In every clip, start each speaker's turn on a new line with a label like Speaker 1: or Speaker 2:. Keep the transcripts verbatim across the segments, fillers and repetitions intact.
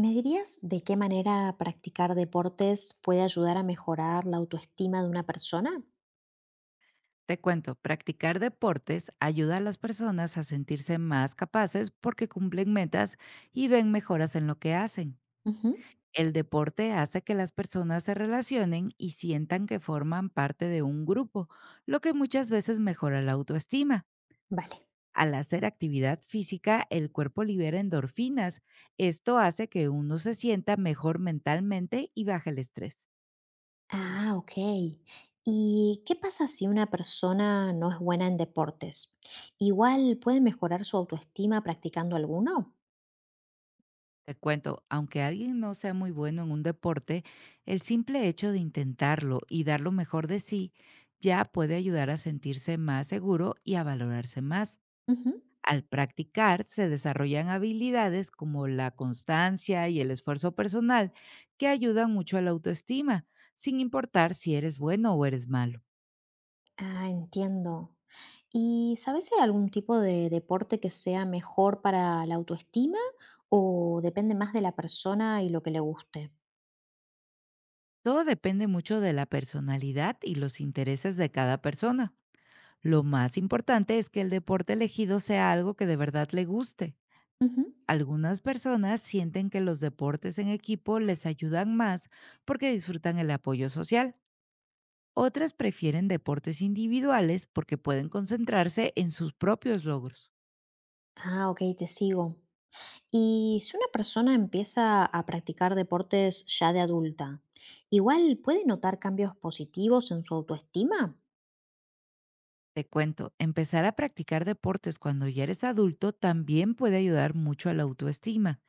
Speaker 1: ¿Me dirías de qué manera practicar deportes puede ayudar a mejorar la autoestima de una persona?
Speaker 2: Te cuento, practicar deportes ayuda a las personas a sentirse más capaces porque cumplen metas y ven mejoras en lo que hacen.
Speaker 1: Ujú.
Speaker 2: El deporte hace que las personas se relacionen y sientan que forman parte de un grupo, lo que muchas veces mejora la autoestima.
Speaker 1: Vale.
Speaker 2: Al hacer actividad física, el cuerpo libera endorfinas. Esto hace que uno se sienta mejor mentalmente y baje el estrés.
Speaker 1: Ah, ok. ¿Y qué pasa si una persona no es buena en deportes? ¿Igual puede mejorar su autoestima practicando alguno?
Speaker 2: Te cuento, aunque alguien no sea muy bueno en un deporte, el simple hecho de intentarlo y dar lo mejor de sí ya puede ayudar a sentirse más seguro y a valorarse más.
Speaker 1: Ujú.
Speaker 2: Al practicar se desarrollan habilidades como la constancia y el esfuerzo personal que ayudan mucho a la autoestima, sin importar si eres bueno o eres malo.
Speaker 1: Ah, entiendo. ¿Y sabes si hay algún tipo de deporte que sea mejor para la autoestima o depende más de la persona y lo que le guste?
Speaker 2: Todo depende mucho de la personalidad y los intereses de cada persona. Lo más importante es que el deporte elegido sea algo que de verdad le guste.
Speaker 1: Ujú.
Speaker 2: Algunas personas sienten que los deportes en equipo les ayudan más porque disfrutan el apoyo social. Otras prefieren deportes individuales porque pueden concentrarse en sus propios logros.
Speaker 1: Ah, ok, te sigo. Y si una persona empieza a practicar deportes ya de adulta, igual puede notar cambios positivos en su autoestima.
Speaker 2: Te cuento, empezar a practicar deportes cuando ya eres adulto también puede ayudar mucho a la autoestima,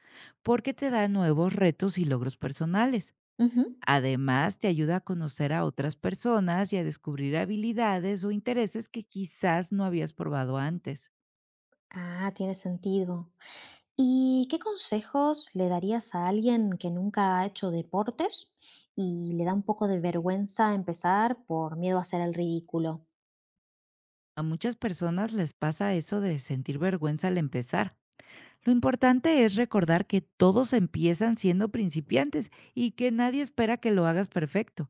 Speaker 2: porque te da nuevos retos y logros personales.
Speaker 1: Ujú.
Speaker 2: Además, te ayuda a conocer a otras personas y a descubrir habilidades o intereses que quizás no habías probado antes.
Speaker 1: Ah, tiene sentido. ¿Y qué consejos le darías a alguien que nunca ha hecho deportes y le da un poco de vergüenza empezar por miedo a hacer el ridículo?
Speaker 2: A muchas personas les pasa eso de sentir vergüenza al empezar. Lo importante es recordar que todos empiezan siendo principiantes y que nadie espera que lo hagas perfecto.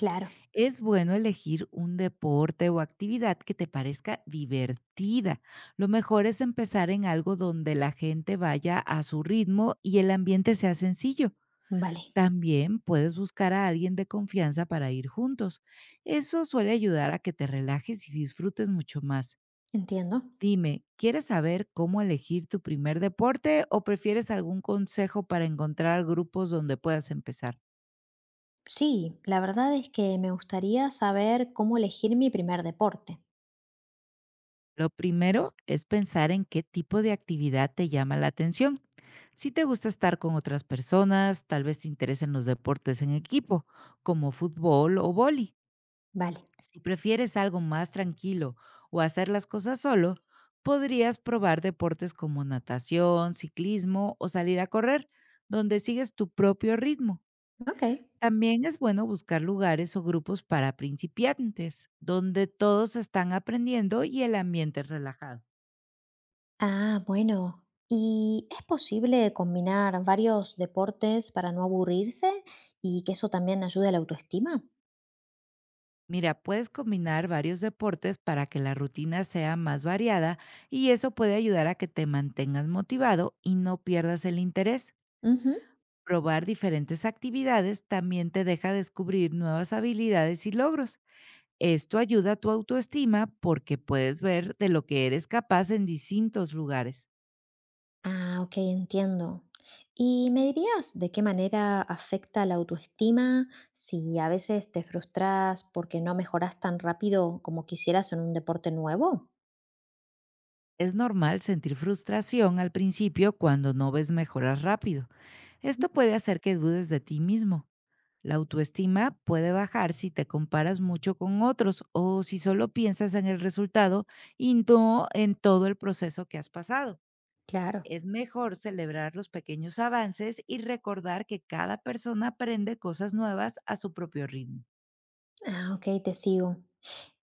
Speaker 1: Claro,
Speaker 2: Es bueno elegir un deporte o actividad que te parezca divertida. Lo mejor es empezar en algo donde la gente vaya a su ritmo y el ambiente sea sencillo.
Speaker 1: vale,
Speaker 2: También puedes buscar a alguien de confianza para ir juntos. Eso suele ayudar a que te relajes y disfrutes mucho más.
Speaker 1: entiendo.
Speaker 2: Dime, ¿quieres saber cómo elegir tu primer deporte o prefieres algún consejo para encontrar grupos donde puedas empezar?
Speaker 1: Sí, la verdad es que me gustaría saber cómo elegir mi primer deporte.
Speaker 2: Lo primero es pensar en qué tipo de actividad te llama la atención. Si te gusta estar con otras personas, tal vez te interesen los deportes en equipo, como fútbol o vóley.
Speaker 1: Vale,
Speaker 2: Si prefieres algo más tranquilo o hacer las cosas solo, podrías probar deportes como natación, ciclismo o salir a correr, donde sigues tu propio ritmo.
Speaker 1: ok.
Speaker 2: También es bueno buscar lugares o grupos para principiantes, donde todos están aprendiendo y el ambiente es relajado.
Speaker 1: Ah, bueno. ¿Y es posible combinar varios deportes para no aburrirse y que eso también ayude a la autoestima?
Speaker 2: Mira, puedes combinar varios deportes para que la rutina sea más variada y eso puede ayudar a que te mantengas motivado y no pierdas el interés.
Speaker 1: Ujú.
Speaker 2: Probar diferentes actividades también te deja descubrir nuevas habilidades y logros. Esto ayuda a tu autoestima porque puedes ver de lo que eres capaz en distintos lugares.
Speaker 1: Ah, ok, entiendo. ¿Y me dirías de qué manera afecta la autoestima si a veces te frustras porque no mejoras tan rápido como quisieras en un deporte nuevo?
Speaker 2: Es normal sentir frustración al principio cuando no ves mejoras rápido.
Speaker 1: Ujú.
Speaker 2: Esto puede hacer que dudes de ti mismo. La autoestima puede bajar si te comparas mucho con otros o si solo piensas en el resultado y no en todo el proceso que has pasado.
Speaker 1: Claro.
Speaker 2: Es mejor celebrar los pequeños avances y recordar que cada persona aprende cosas nuevas a su propio ritmo.
Speaker 1: Ah, ok, te sigo.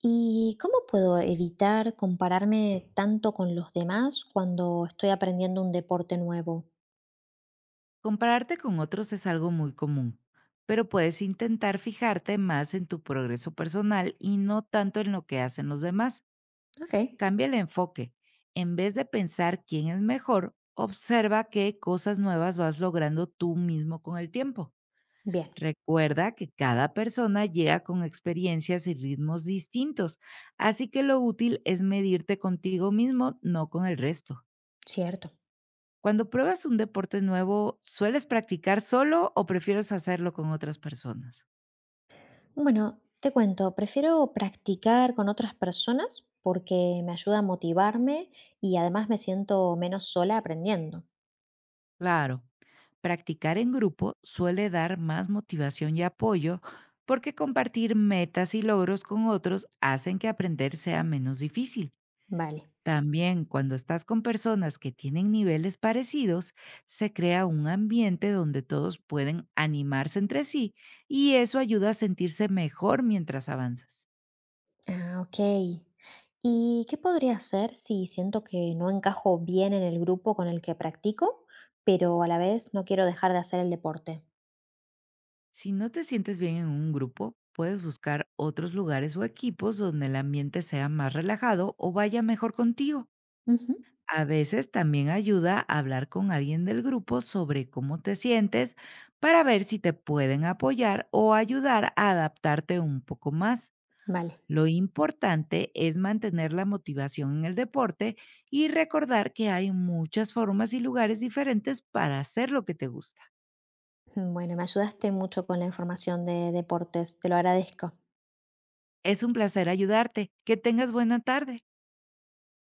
Speaker 1: ¿Y cómo puedo evitar compararme tanto con los demás cuando estoy aprendiendo un deporte nuevo?
Speaker 2: Compararte con otros es algo muy común, pero puedes intentar fijarte más en tu progreso personal y no tanto en lo que hacen los demás.
Speaker 1: Ok,
Speaker 2: Cambia el enfoque. En vez de pensar quién es mejor, observa qué cosas nuevas vas logrando tú mismo con el tiempo.
Speaker 1: bien,
Speaker 2: Recuerda que cada persona llega con experiencias y ritmos distintos, así que lo útil es medirte contigo mismo, no con el resto.
Speaker 1: cierto.
Speaker 2: Cuando pruebas un deporte nuevo, ¿sueles practicar solo o prefieres hacerlo con otras personas?
Speaker 1: Bueno, te cuento, prefiero practicar con otras personas porque me ayuda a motivarme y además me siento menos sola aprendiendo.
Speaker 2: Claro. Practicar en grupo suele dar más motivación y apoyo porque compartir metas y logros con otros hacen que aprender sea menos difícil.
Speaker 1: Vale.
Speaker 2: También cuando estás con personas que tienen niveles parecidos, se crea un ambiente donde todos pueden animarse entre sí y eso ayuda a sentirse mejor mientras avanzas.
Speaker 1: Ah, ok. ¿Y qué podría hacer si siento que no encajo bien en el grupo con el que practico, pero a la vez no quiero dejar de hacer el deporte?
Speaker 2: Si no te sientes bien en un grupo, puedes buscar otros lugares o equipos donde el ambiente sea más relajado o vaya mejor contigo.
Speaker 1: Ujú.
Speaker 2: A veces también ayuda a hablar con alguien del grupo sobre cómo te sientes para ver si te pueden apoyar o ayudar a adaptarte un poco más.
Speaker 1: Vale.
Speaker 2: Lo importante es mantener la motivación en el deporte y recordar que hay muchas formas y lugares diferentes para hacer lo que te gusta.
Speaker 1: Bueno, me ayudaste mucho con la información de deportes, te lo agradezco.
Speaker 2: Es un placer ayudarte. Que tengas buena tarde.